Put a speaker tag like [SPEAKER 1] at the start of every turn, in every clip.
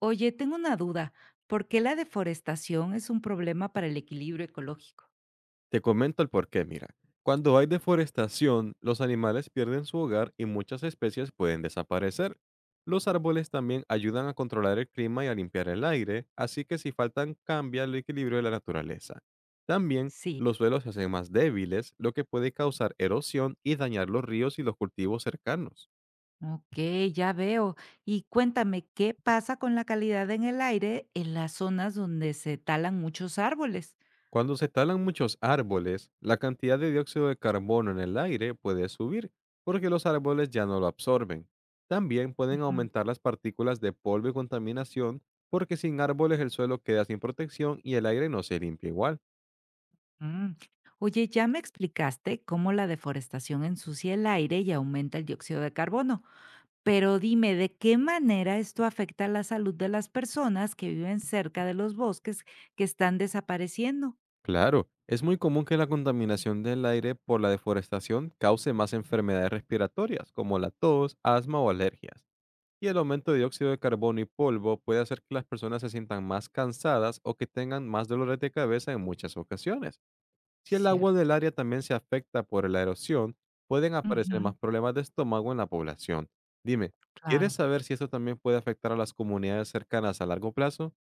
[SPEAKER 1] Oye, tengo una duda. ¿Por qué la deforestación es un problema para el equilibrio ecológico?
[SPEAKER 2] Te comento el porqué, mira. Cuando hay deforestación, los animales pierden su hogar y muchas especies pueden desaparecer. Los árboles también ayudan a controlar el clima y a limpiar el aire, así que si faltan cambia el equilibrio de la naturaleza. También
[SPEAKER 1] Sí,
[SPEAKER 2] los suelos se hacen más débiles, lo que puede causar erosión y dañar los ríos y los cultivos cercanos.
[SPEAKER 1] ok, ya veo. Y cuéntame, ¿qué pasa con la calidad en el aire en las zonas donde se talan muchos árboles?
[SPEAKER 2] Cuando se talan muchos árboles, la cantidad de dióxido de carbono en el aire puede subir, porque los árboles ya no lo absorben. También pueden
[SPEAKER 1] Ujú.
[SPEAKER 2] aumentar las partículas de polvo y contaminación, porque sin árboles el suelo queda sin protección y el aire no se limpia igual.
[SPEAKER 1] Mm. Oye, ya me explicaste cómo la deforestación ensucia el aire y aumenta el dióxido de carbono, pero dime, ¿de qué manera esto afecta la salud de las personas que viven cerca de los bosques que están desapareciendo?
[SPEAKER 2] Claro, es muy común que la contaminación del aire por la deforestación cause más enfermedades respiratorias, como la tos, asma o alergias. Y el aumento de dióxido de carbono y polvo puede hacer que las personas se sientan más cansadas o que tengan más dolores de cabeza en muchas ocasiones. Si el agua del
[SPEAKER 1] Cierto.
[SPEAKER 2] área también se afecta por la erosión, pueden aparecer más problemas de estómago en la población. Dime, ¿quieres
[SPEAKER 1] Claro.
[SPEAKER 2] saber si esto también puede afectar a las comunidades cercanas a largo plazo?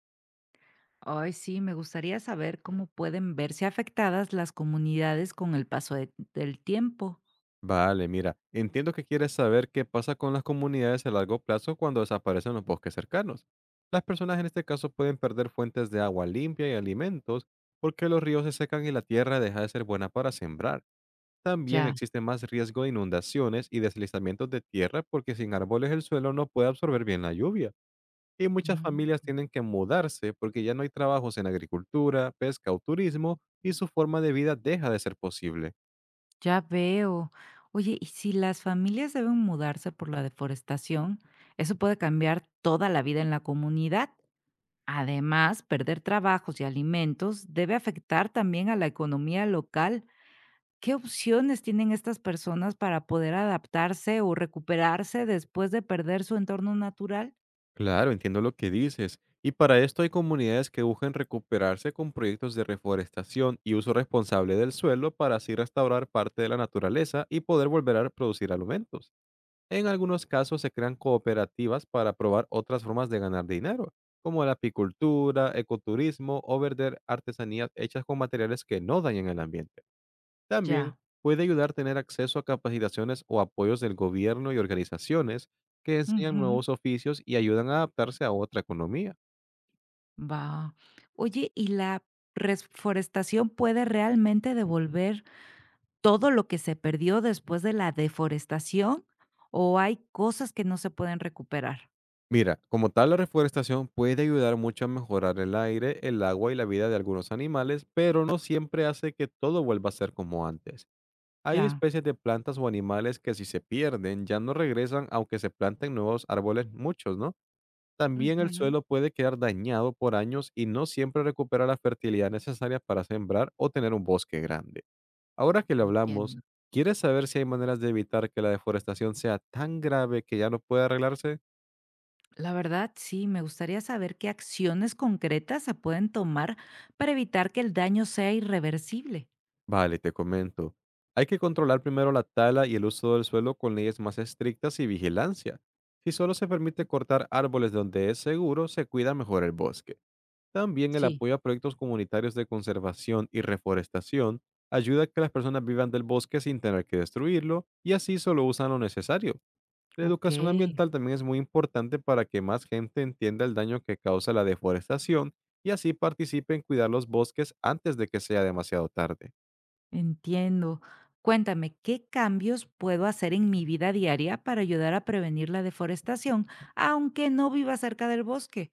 [SPEAKER 1] Hoy sí, me gustaría saber cómo pueden verse afectadas las comunidades con el del tiempo.
[SPEAKER 2] Vale, mira, entiendo que quieres saber qué pasa con las comunidades a largo plazo cuando desaparecen los bosques cercanos. Las personas en este caso pueden perder fuentes de agua limpia y alimentos porque los ríos se secan y la tierra deja de ser buena para sembrar. También
[SPEAKER 1] Ya,
[SPEAKER 2] existe más riesgo de inundaciones y deslizamientos de tierra porque sin árboles el suelo no puede absorber bien la lluvia. Y muchas familias
[SPEAKER 1] mm,
[SPEAKER 2] tienen que mudarse porque ya no hay trabajos en agricultura, pesca o turismo y su forma de vida deja de ser posible.
[SPEAKER 1] ya veo. Oye, y si las familias deben mudarse por la deforestación, eso puede cambiar toda la vida en la comunidad. Además, perder trabajos y alimentos debe afectar también a la economía local. ¿Qué opciones tienen estas personas para poder adaptarse o recuperarse después de perder su entorno natural?
[SPEAKER 2] Claro, entiendo lo que dices. Y para esto hay comunidades que buscan recuperarse con proyectos de reforestación y uso responsable del suelo para así restaurar parte de la naturaleza y poder volver a producir alimentos. En algunos casos se crean cooperativas para probar otras formas de ganar dinero, como la apicultura, ecoturismo o vender artesanías hechas con materiales que no dañan el ambiente. También
[SPEAKER 1] Ya.
[SPEAKER 2] puede ayudar a tener acceso a capacitaciones o apoyos del gobierno y organizaciones que enseñan
[SPEAKER 1] Ujú,
[SPEAKER 2] nuevos oficios y ayudan a adaptarse a otra economía.
[SPEAKER 1] va. Oye, ¿y la reforestación puede realmente devolver todo lo que se perdió después de la deforestación, o hay cosas que no se pueden recuperar?
[SPEAKER 2] Mira, como tal la reforestación puede ayudar mucho a mejorar el aire, el agua y la vida de algunos animales, pero no siempre hace que todo vuelva a ser como antes. Hay
[SPEAKER 1] Ya.
[SPEAKER 2] especies de plantas o animales que si se pierden ya no regresan aunque se planten nuevos árboles muchos, ¿no? También el
[SPEAKER 1] Ujú,
[SPEAKER 2] suelo puede quedar dañado por años y no siempre recupera la fertilidad necesaria para sembrar o tener un bosque grande. Ahora que lo hablamos,
[SPEAKER 1] entiendo.
[SPEAKER 2] ¿quieres saber si hay maneras de evitar que la deforestación sea tan grave que ya no puede arreglarse?
[SPEAKER 1] La verdad, sí, me gustaría saber qué acciones concretas se pueden tomar para evitar que el daño sea irreversible.
[SPEAKER 2] Vale, te comento. Hay que controlar primero la tala y el uso del suelo con leyes más estrictas y vigilancia. Si solo se permite cortar árboles donde es seguro, se cuida mejor el bosque. También el
[SPEAKER 1] Sí,
[SPEAKER 2] apoyo a proyectos comunitarios de conservación y reforestación ayuda a que las personas vivan del bosque sin tener que destruirlo y así solo usan lo necesario. La
[SPEAKER 1] ok.
[SPEAKER 2] educación ambiental también es muy importante para que más gente entienda el daño que causa la deforestación y así participe en cuidar los bosques antes de que sea demasiado tarde.
[SPEAKER 1] Entiendo. Cuéntame, ¿qué cambios puedo hacer en mi vida diaria para ayudar a prevenir la deforestación, aunque no viva cerca del bosque?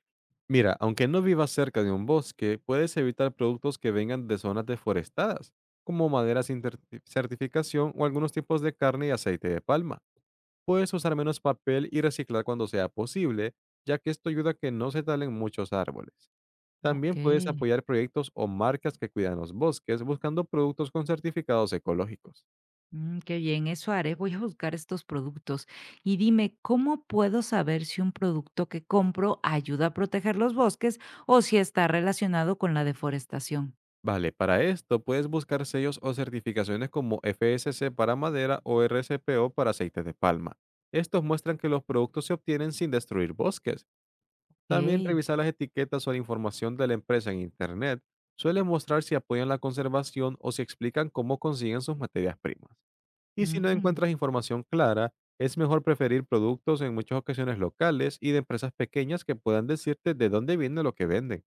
[SPEAKER 2] Mira, aunque no vivas cerca de un bosque, puedes evitar productos que vengan de zonas deforestadas, como madera sin certificación o algunos tipos de carne y aceite de palma. Puedes usar menos papel y reciclar cuando sea posible, ya que esto ayuda a que no se talen muchos árboles.
[SPEAKER 1] Ok.
[SPEAKER 2] También puedes apoyar proyectos o marcas que cuidan los bosques buscando productos con certificados ecológicos.
[SPEAKER 1] Mm, qué bien, eso haré. Voy a buscar estos productos. Y dime, ¿cómo puedo saber si un producto que compro ayuda a proteger los bosques o si está relacionado con la deforestación?
[SPEAKER 2] Vale, para esto puedes buscar sellos o certificaciones como FSC para madera o RCPO para aceite de palma. Estos muestran que los productos se obtienen sin destruir bosques. También
[SPEAKER 1] Ok.
[SPEAKER 2] revisar las etiquetas o la información de la empresa en Internet suele mostrar si apoyan la conservación o si explican cómo consiguen sus materias primas. Y si no
[SPEAKER 1] Mm.
[SPEAKER 2] encuentras información clara, es mejor preferir productos en muchas ocasiones locales y de empresas pequeñas que puedan decirte de dónde viene lo que venden.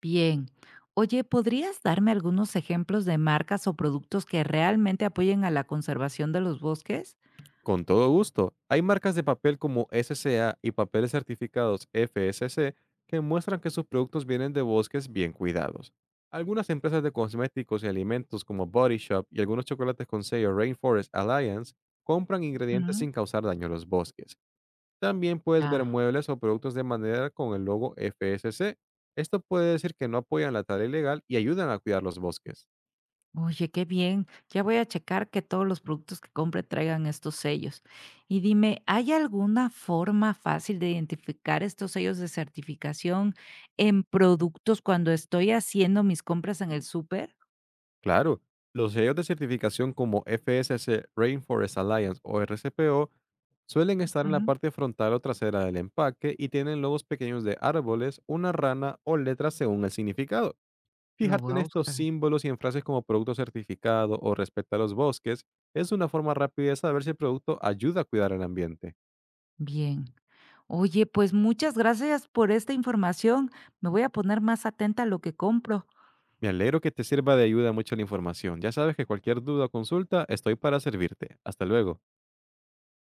[SPEAKER 1] Bien. Oye, ¿podrías darme algunos ejemplos de marcas o productos que realmente apoyen a la conservación de los bosques?
[SPEAKER 2] Con todo gusto. Hay marcas de papel como SCA y papeles certificados FSC que muestran que sus productos vienen de bosques bien cuidados. Algunas empresas de cosméticos y alimentos como Body Shop y algunos chocolates con sello Rainforest Alliance compran ingredientes
[SPEAKER 1] Ujú.
[SPEAKER 2] sin causar daño a los bosques. También puedes ver
[SPEAKER 1] Ya.
[SPEAKER 2] muebles o productos de madera con el logo FSC. Esto puede decir que no apoyan la tarea ilegal y ayudan a cuidar los bosques.
[SPEAKER 1] Oye, qué bien. Ya voy a checar que todos los productos que compre traigan estos sellos. Y dime, ¿hay alguna forma fácil de identificar estos sellos de certificación en productos cuando estoy haciendo mis compras en el súper?
[SPEAKER 2] Claro, los sellos de certificación como FSC, Rainforest Alliance o RCPO suelen estar en la
[SPEAKER 1] Ujú.
[SPEAKER 2] parte frontal o trasera del empaque y tienen logos pequeños de árboles, una rana o letras según el significado.
[SPEAKER 1] Lo
[SPEAKER 2] Fijarte
[SPEAKER 1] voy
[SPEAKER 2] en
[SPEAKER 1] a
[SPEAKER 2] estos
[SPEAKER 1] buscar.
[SPEAKER 2] símbolos y en frases como producto certificado o respeta los bosques es una forma rápida de saber si el producto ayuda a cuidar el ambiente.
[SPEAKER 1] Bien. Oye, pues muchas gracias por esta información. Me voy a poner más atenta a lo que compro.
[SPEAKER 2] Me alegro que te sirva de ayuda mucho la información. Ya sabes que cualquier duda o consulta estoy para servirte. Hasta luego.